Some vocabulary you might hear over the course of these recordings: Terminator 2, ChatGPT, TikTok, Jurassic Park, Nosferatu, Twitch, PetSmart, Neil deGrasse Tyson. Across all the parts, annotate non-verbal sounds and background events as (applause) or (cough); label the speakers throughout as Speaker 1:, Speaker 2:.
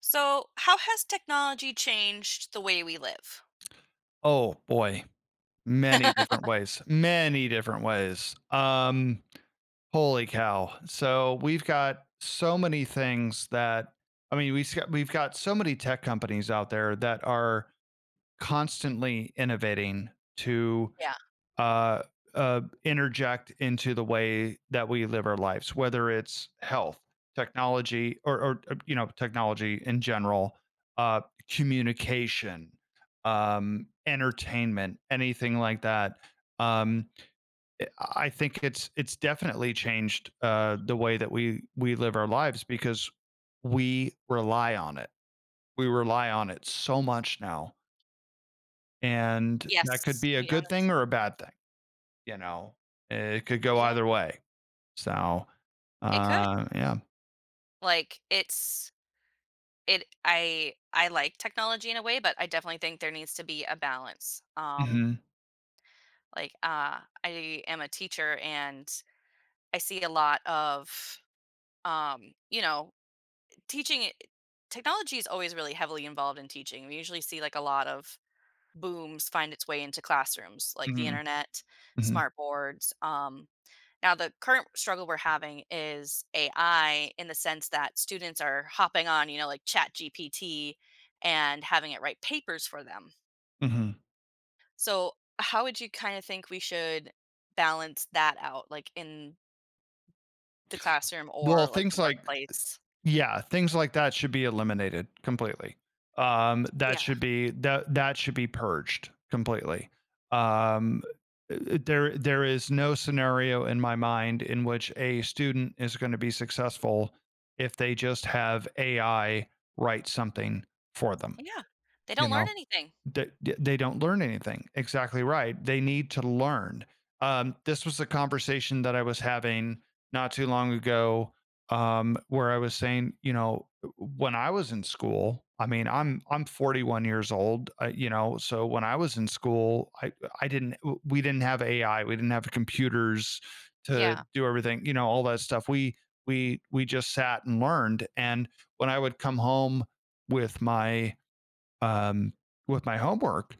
Speaker 1: So, how has technology changed the way we live?
Speaker 2: Oh, boy. Many different ways, many different ways. Holy cow. So we've got so many things that. We've got we've got so many tech companies out there that are constantly innovating to
Speaker 1: Yeah.
Speaker 2: uh, interject into the way that we live our lives, whether it's health, technology, or technology in general, uh, communication, entertainment, anything like that. Um, I think it's definitely changed the way that we live our lives because we rely on it. We rely on it so much now, and that could
Speaker 1: Yes.
Speaker 2: be a
Speaker 1: We
Speaker 2: good
Speaker 1: honest.
Speaker 2: thing or a bad thing. You know, it could go
Speaker 1: Yeah.
Speaker 2: either way. So,
Speaker 1: It could.
Speaker 2: yeah.
Speaker 1: Like it's it I like technology in a way, but I definitely think there needs to be a balance.
Speaker 2: Mhm,
Speaker 1: Like I am a teacher and I see a lot of um you know, teaching it- technology is always really heavily involved in teaching. We usually see like a lot of booms find its way into classrooms, like the
Speaker 2: mhm,
Speaker 1: internet,
Speaker 2: mhm,
Speaker 1: smart boards. Now, the current struggle we're having is AI in the sense that students are hopping on, you know, like ChatGPT and having it write papers for them.
Speaker 2: mhm.
Speaker 1: So, how would you kind of think we should balance that out, like in the classroom
Speaker 2: Well,
Speaker 1: or like
Speaker 2: things
Speaker 1: the
Speaker 2: like
Speaker 1: workplace?
Speaker 2: yeah, things like that should be eliminated completely. That
Speaker 1: Yeah.
Speaker 2: should be that should be purged completely. Um, there is no scenario in my mind in which a student is gonna be successful if they just have AI write something for them,
Speaker 1: Yeah. They
Speaker 2: you
Speaker 1: don't learn
Speaker 2: know?
Speaker 1: anything.
Speaker 2: They don't learn anything. Exactly right. They need to learn. This was a conversation that I was having not too long ago, where I was saying, you know, when I was in school, I mean, I'm 41 years old, you know, so when I was in school, I didn't we didn't have AI, we didn't have computers to
Speaker 1: Yeah.
Speaker 2: do everything, you know, all that stuff. We just sat and learned. And when I would come home with my um, with my homework.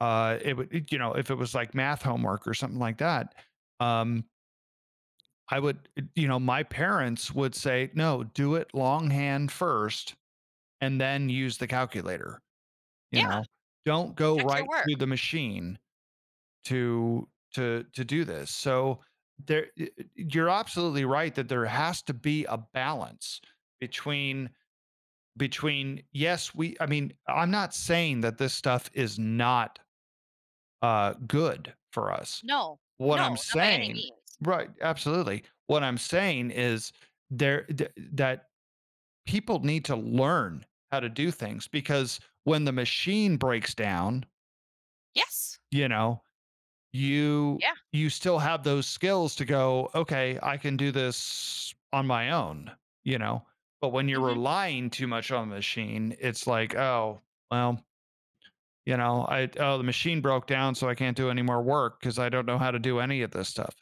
Speaker 2: You know, if it was like math homework or something like that, um, I would, you know, my parents would say, no, do it longhand first and then use the calculator. You
Speaker 1: Yeah.
Speaker 2: know, don't go
Speaker 1: Check your
Speaker 2: right
Speaker 1: work.
Speaker 2: to the machine to to do this. So you're absolutely right that there has to be a balance between between yes we I mean I'm not saying that this stuff is not good for us.
Speaker 1: No.
Speaker 2: What I'm
Speaker 1: No, not by any
Speaker 2: saying
Speaker 1: means.
Speaker 2: right, absolutely. What I'm saying is that people need to learn how to do things because when the machine breaks down,
Speaker 1: Yes.
Speaker 2: you know, you
Speaker 1: Yeah.
Speaker 2: you still have those skills to go, okay, I can do this on my own, you know. But when you're
Speaker 1: Hmm.
Speaker 2: relying too much on the machine, it's like, oh, well, you know I oh, the machine broke down, so I can't do any more work because I don't know how to do any of this stuff,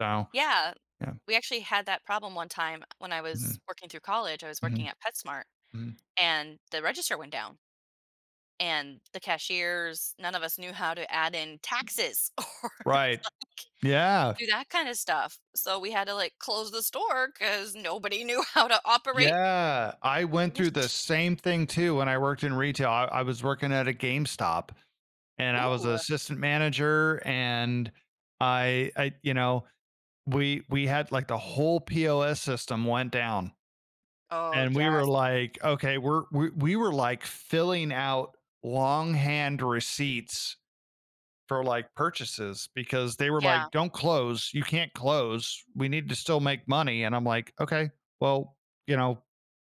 Speaker 2: so
Speaker 1: Yeah.
Speaker 2: yeah.
Speaker 1: We actually had that problem one time when I was
Speaker 2: Mhm,
Speaker 1: working through college. I was
Speaker 2: mhm,
Speaker 1: working at PetSmart,
Speaker 2: mhm.
Speaker 1: and the register went down, and the cashiers, none of us knew how to add in taxes (laughs) or
Speaker 2: Right.
Speaker 1: like
Speaker 2: Yeah,
Speaker 1: do that kind of stuff, so we had to like close the store because nobody knew (laughs) how to operate.
Speaker 2: yeah, I went through the same thing too when I worked in retail. I was working at a GameStop, and I was an
Speaker 1: Ooh.
Speaker 2: assistant manager, and I you know we had like the whole POS system went down,
Speaker 1: Oh
Speaker 2: and we were
Speaker 1: yes.
Speaker 2: like, okay, we were like filling out longhand receipts for like purchases because they were like,
Speaker 1: Yeah.
Speaker 2: "Don't close. You can't close. We need to still make money." And I'm like, "Okay, well, you know,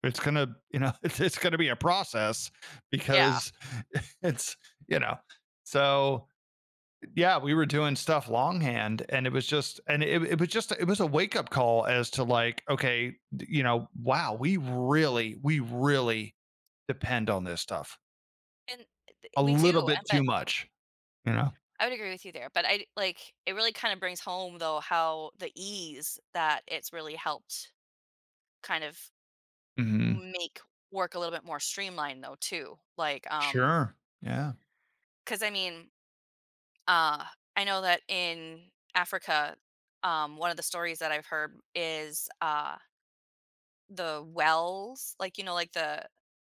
Speaker 2: it's gonna, you know, (laughs) it's gonna be a process
Speaker 1: Yeah,
Speaker 2: because (laughs) it's, you know." So yeah, we were doing stuff longhand, and it was just, and it was just, it was a wake up call as to like, okay, you know, wow, we really depend on this stuff
Speaker 1: and
Speaker 2: a
Speaker 1: we
Speaker 2: little
Speaker 1: do,
Speaker 2: bit too
Speaker 1: but
Speaker 2: much, you know.
Speaker 1: I would agree with you there. But I like it really kind of brings home though how the ease that it's really helped kind of
Speaker 2: Hmm.
Speaker 1: make work a little bit more streamlined though too. Like,
Speaker 2: Sure. Yeah.
Speaker 1: because Uh, I know that in Africa, one of the stories that I've heard is the wells, like, you know, like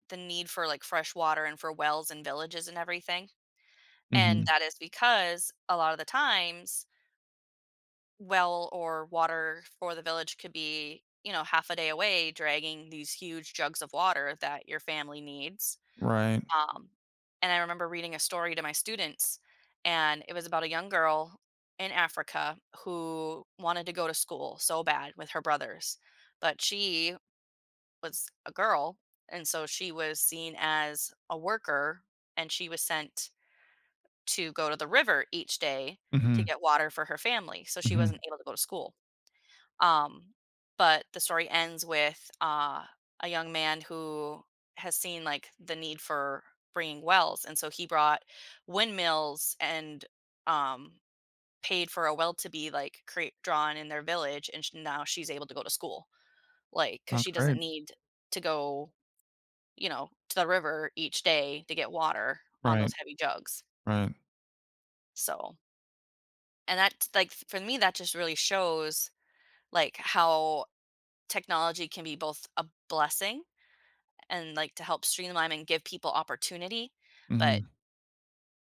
Speaker 1: the need for like fresh water and for wells and villages and everything. And
Speaker 2: Mhm.
Speaker 1: that is because a lot of the times, well or water for the village could be, you know, half a day away, dragging these huge jugs of water that your family needs.
Speaker 2: Right.
Speaker 1: Um, and I remember reading a story to my students, and it was about a young girl in Africa who wanted to go to school so bad with her brothers, but she was a girl, and so she was seen as a worker, and she was sent to go to the river each day to
Speaker 2: Mhm.
Speaker 1: get water for her family, so she wasn't
Speaker 2: Mhm.
Speaker 1: able to go to school. Um, but the story ends with a young man who has seen like the need for bringing wells, and so he brought windmills and um, paid for a well to be like create drawn in their village, and now she's able to go to school, like because
Speaker 2: That's
Speaker 1: she doesn't
Speaker 2: great.
Speaker 1: need to go, you know, to the river each day to get water on those
Speaker 2: Right.
Speaker 1: heavy jugs.
Speaker 2: Right.
Speaker 1: So, and that like for me, that just really shows like how technology can be both a blessing and like to help streamline and give people opportunity. But
Speaker 2: Mhm.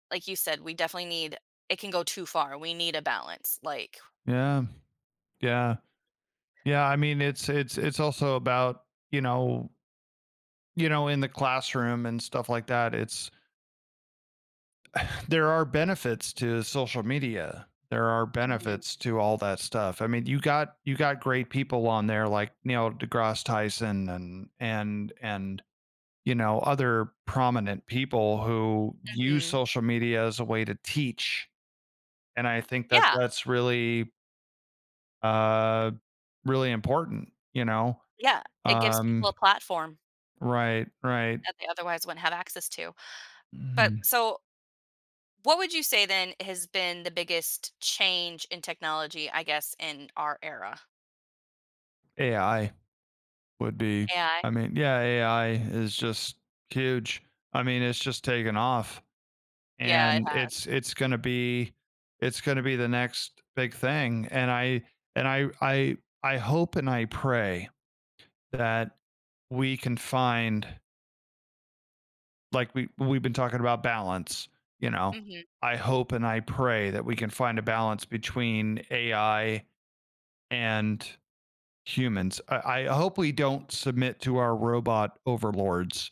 Speaker 1: like you said, we definitely need, it can go too far. We need a balance. Like,
Speaker 2: Yeah. Yeah. Yeah, I mean, it's also about, you know you know, in the classroom and stuff like that, it's there are benefits to social media. There are
Speaker 1: mhm,
Speaker 2: benefits to all that stuff. I mean, you got great people on there like Neil deGrasse Tyson and you know, other prominent people who use
Speaker 1: mhm.
Speaker 2: social media as a way to teach. And I think that
Speaker 1: Yeah,
Speaker 2: that's really, uh, really important, you know?
Speaker 1: yeah. It gives people a
Speaker 2: Um,
Speaker 1: platform
Speaker 2: right, right.
Speaker 1: that they otherwise wouldn't have access to. But
Speaker 2: Mhm.
Speaker 1: so what would you say then has been the biggest change in technology, I guess, in our era?
Speaker 2: AI would be
Speaker 1: AI?
Speaker 2: I mean, yeah, AI is just huge. I mean, it's just taken off,
Speaker 1: Yeah, it
Speaker 2: and
Speaker 1: has.
Speaker 2: it's gonna be it's gonna be the next big thing. And I hope and I pray that we can find like we we've been talking about balance, you know.
Speaker 1: Mhm.
Speaker 2: I hope and I pray that we can find a balance between AI and humans. I hope we don't submit to our robot overlords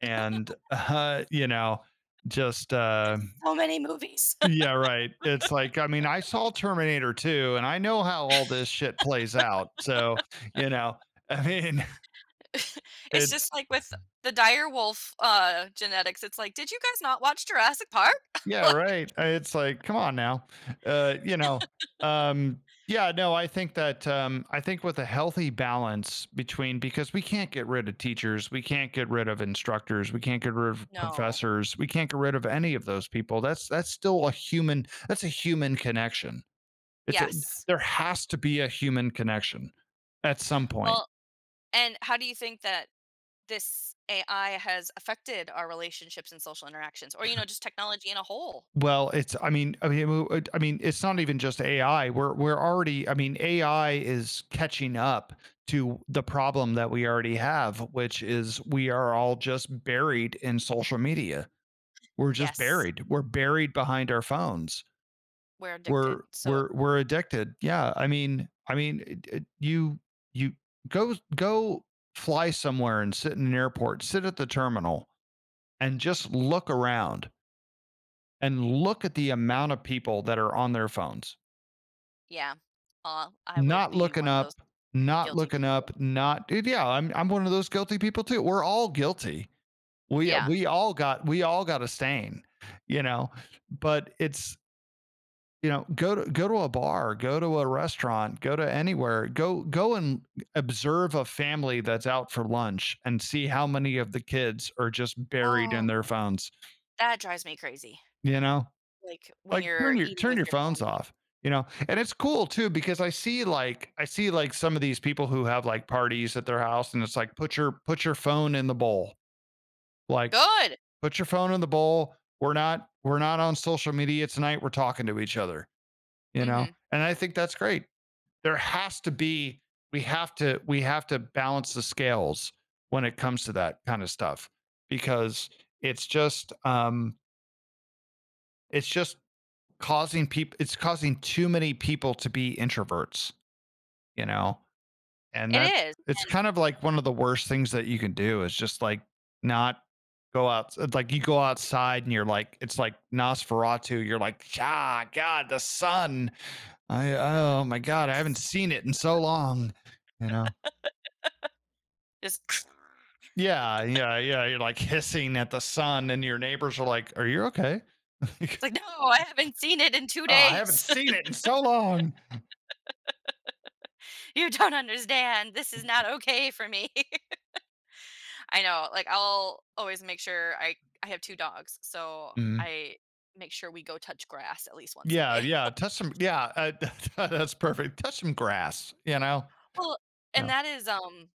Speaker 2: and (laughs) you know, just
Speaker 1: There's so many movies.
Speaker 2: yeah, right. It's like I mean, I saw Terminator 2 and I know how all this shit plays out. So, you know, I mean,
Speaker 1: (laughs) It's
Speaker 2: (laughs) it's
Speaker 1: just like with the direwolf, genetics, it's like, "Did you guys not watch Jurassic Park?" (laughs)
Speaker 2: Yeah,
Speaker 1: Like,
Speaker 2: right. It's like, come on now. You know, um, yeah, no, I think that I think with a healthy balance between because we can't get rid of teachers, we can't get rid of instructors, we can't get rid of
Speaker 1: no.
Speaker 2: professors, we can't get rid of any of those people. That's still a human. That's a human connection. It's a,
Speaker 1: Yes.
Speaker 2: there has to be a human connection at some point.
Speaker 1: Well, and how do you think that this AI has affected our relationships and social interactions or, you know, just technology in a whole?
Speaker 2: Well, it's I mean it's not even just AI. We're already I mean AI is catching up to the problem that we already have, which is we are
Speaker 1: Mm.
Speaker 2: all just buried in social media. We're just
Speaker 1: Yes,
Speaker 2: buried. We're buried behind our phones.
Speaker 1: we're
Speaker 2: We're
Speaker 1: addicted. So,
Speaker 2: we're we're addicted. Yeah, I mean you you go fly somewhere and sit in an airport, sit at the terminal and just look around and look at the amount of people that are on their phones,
Speaker 1: yeah, I would
Speaker 2: not
Speaker 1: be
Speaker 2: looking
Speaker 1: one of those
Speaker 2: up, not
Speaker 1: guilty
Speaker 2: looking
Speaker 1: people.
Speaker 2: up, not dude, yeah, I'm one of those guilty people too. We're all guilty. We
Speaker 1: Yeah.
Speaker 2: we all got we all got a stain, you know. But it's you know, go to a bar, go to a restaurant, go to anywhere, go and observe a family that's out for lunch and see how many of the kids are just buried in
Speaker 1: Oh,
Speaker 2: their phones,
Speaker 1: that drives me crazy,
Speaker 2: you know?
Speaker 1: like, when
Speaker 2: Like
Speaker 1: you're eating
Speaker 2: turn
Speaker 1: with
Speaker 2: your
Speaker 1: your
Speaker 2: phones
Speaker 1: family.
Speaker 2: off, you know? And it's cool too because I see like some of these people who have like parties at their house and it's like put your phone in the bowl. Like
Speaker 1: Good.
Speaker 2: put your phone in the bowl. We're not on social media tonight. We're talking to each other, you know?
Speaker 1: Mhm.
Speaker 2: And I think that's great. There has to be we have to balance the scales when it comes to that kind of stuff because it's just um it's just causing people it's causing too many people to be introverts, you know? And
Speaker 1: It
Speaker 2: that's
Speaker 1: is,
Speaker 2: it's
Speaker 1: and
Speaker 2: kind of like one of the worst things that you can do is just like not go out like you go outside and you're like it's like Nosferatu, you're like, ah, God, the sun. I oh my God, I haven't
Speaker 1: s
Speaker 2: seen it in so long, you know.
Speaker 1: just
Speaker 2: Yeah, yeah, yeah. You're like hissing at the sun, and your neighbors are like, are you okay? (laughs)
Speaker 1: it's
Speaker 2: Like,
Speaker 1: like, "No, I haven't seen it in 2
Speaker 2: oh, I haven't
Speaker 1: days.
Speaker 2: seen
Speaker 1: (laughs)
Speaker 2: it in so long.
Speaker 1: You don't understand. This is not okay for me." (laughs) I know, like, I'll always make sure I have 2 dogs, so
Speaker 2: Mhm.
Speaker 1: I make sure we go touch grass at least once a
Speaker 2: Yeah,
Speaker 1: day.
Speaker 2: yeah,
Speaker 1: (laughs)
Speaker 2: touch some yeah, (laughs) that's perfect. Touch some grass, you know?
Speaker 1: Well,
Speaker 2: Yeah.
Speaker 1: and that is,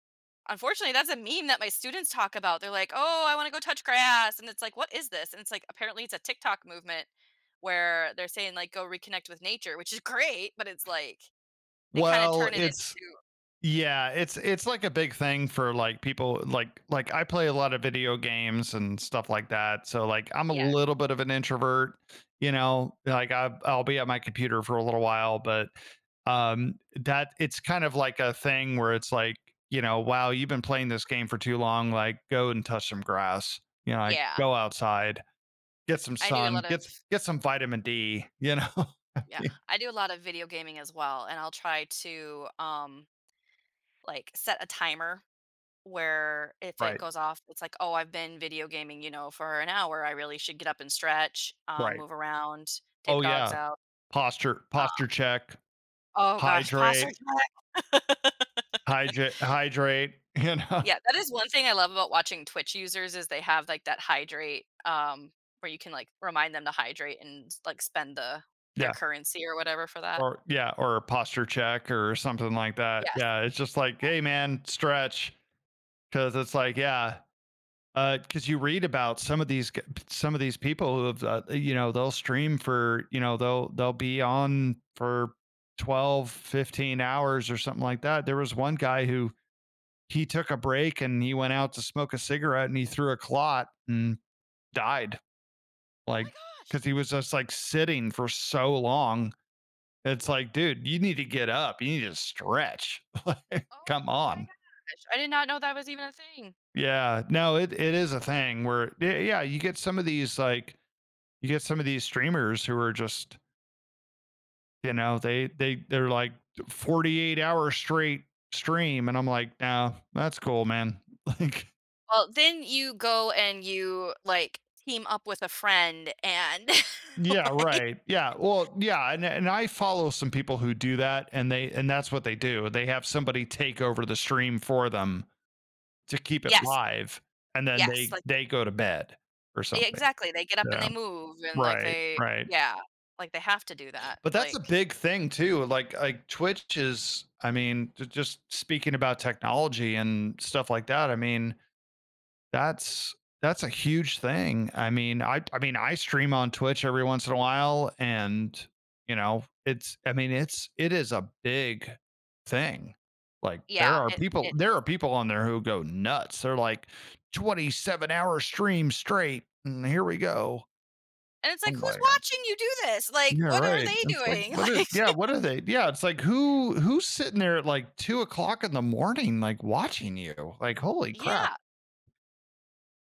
Speaker 1: unfortunately, that's a meme that my students talk about. They're like, "Oh, I wanna go touch grass," and it's like, "What is this?" And it's like, apparently it's a TikTok movement where they're saying, like, "Go reconnect with nature," which is great, but it's like, they kinda
Speaker 2: Well,
Speaker 1: turn it
Speaker 2: it's
Speaker 1: into.
Speaker 2: yeah, it's like a big thing for like people like I play a lot of video games and stuff like that. So like I'm a
Speaker 1: Yeah,
Speaker 2: little bit of an introvert, you know, like I'll be at my computer for a little while, but that it's kind of like a thing where it's like, you know, wow, you've been playing this game for too long, like go and touch some grass, you know, like
Speaker 1: yeah.
Speaker 2: go outside. Get some
Speaker 1: I do a
Speaker 2: sun,
Speaker 1: lot
Speaker 2: get
Speaker 1: of.
Speaker 2: get some vitamin D, you know? (laughs)
Speaker 1: Yeah, I do a lot of video gaming as well, and I'll try to, like, set a timer where if it
Speaker 2: Right,
Speaker 1: goes off, it's like, "Oh, I've been video gaming, you know, for an hour. I really should get up and stretch,
Speaker 2: right.
Speaker 1: move around, take
Speaker 2: Oh,
Speaker 1: the dogs
Speaker 2: yeah.
Speaker 1: out."
Speaker 2: Posture
Speaker 1: Uh
Speaker 2: check,
Speaker 1: oh gosh, posture
Speaker 2: hydrate,
Speaker 1: check. (laughs)
Speaker 2: hydrate, hydrate, (laughs) you know?
Speaker 1: Yeah, that is one thing I love about watching Twitch users is they have, like, that hydrate, where you can, like, remind them to hydrate and, like, spend their
Speaker 2: Yeah,
Speaker 1: currency or whatever for that.
Speaker 2: or yeah, or a posture check or something like that.
Speaker 1: Yes.
Speaker 2: Yeah, it's just
Speaker 1: Yeah.
Speaker 2: like, "Hey, man, stretch because it's like, yeah, because you read about some of these people who have, you know, they'll stream for, you know, they'll be on for 12-15 hours or something like that. There was one guy who he took a break and he went out to smoke a cigarette and he threw a clot and died.
Speaker 1: Oh my
Speaker 2: Like,
Speaker 1: gosh.
Speaker 2: because he was just like sitting for so long. It's like, dude, you need to get up. You need to stretch. (laughs) Like,
Speaker 1: Oh
Speaker 2: come
Speaker 1: my
Speaker 2: on.
Speaker 1: gosh, I did not know that was even a thing.
Speaker 2: Yeah. No, it is a thing where, yeah, you get some of these, like, you get some of these streamers who are just, you know, they're like 48 hours straight stream. And I'm like, no, that's cool, man. (laughs) Like,
Speaker 1: Well, then you go and you, like, team up with a friend, and
Speaker 2: yeah,
Speaker 1: (laughs) like,
Speaker 2: right. Yeah. Well, yeah, and I follow some people who do that and they and that's what they do. They have somebody take over the stream for them to keep it
Speaker 1: yes,
Speaker 2: live and then
Speaker 1: yes,
Speaker 2: they
Speaker 1: like, the,
Speaker 2: they go to bed or
Speaker 1: yeah,
Speaker 2: something.
Speaker 1: exactly, they get up and
Speaker 2: Yeah.
Speaker 1: they move, and like,
Speaker 2: Right,
Speaker 1: they,
Speaker 2: right.
Speaker 1: yeah, like, they have to do that,
Speaker 2: But that's a
Speaker 1: like,
Speaker 2: big thing too. Like Twitch is I mean, just speaking about technology and stuff like that, I mean, That's that's a huge thing. I mean, I stream on Twitch every once in a while and, you know, it's I mean, it's it is a big thing. Like
Speaker 1: yeah, it it
Speaker 2: there are
Speaker 1: is,
Speaker 2: people on there who go nuts. They're like 27-hour stream straight and here we go.
Speaker 1: and it's like,
Speaker 2: I'm
Speaker 1: "Who's
Speaker 2: like,
Speaker 1: watching you do this?" Like,
Speaker 2: yeah,
Speaker 1: "What are
Speaker 2: right.
Speaker 1: they
Speaker 2: And it's like,
Speaker 1: doing?" (laughs)
Speaker 2: what are
Speaker 1: Like,
Speaker 2: yeah, what are they? Yeah, it's like who's sitting there at like 2 o'clock in the morning, like watching you? Like, holy crap.
Speaker 1: yeah,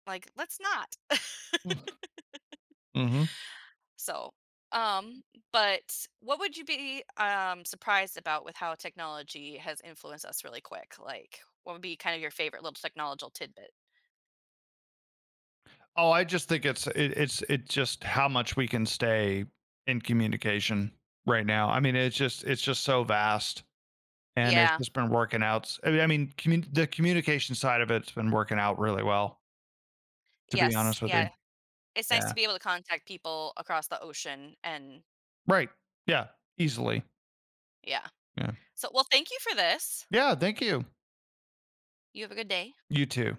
Speaker 1: like, "Let's not." (laughs)
Speaker 2: Mhm.
Speaker 1: So, um, but what would you be surprised about with how technology has influenced us really quick? Like, what would be kind of your favorite little technological tidbit?
Speaker 2: Oh, I just think it's it's just how much we can stay in communication right now. I mean, it's just so vast, and it's
Speaker 1: Yeah.
Speaker 2: just been working out. I mean, the communication side of it's been working out really well. To be
Speaker 1: Yes.
Speaker 2: honest with
Speaker 1: Yeah.
Speaker 2: you,
Speaker 1: It's nice to
Speaker 2: yeah,
Speaker 1: be able to contact people across the ocean and
Speaker 2: right, yeah, easily,
Speaker 1: yeah.
Speaker 2: yeah,
Speaker 1: So, well, thank you for this.
Speaker 2: yeah. Thank you.
Speaker 1: You have a good day.
Speaker 2: You too.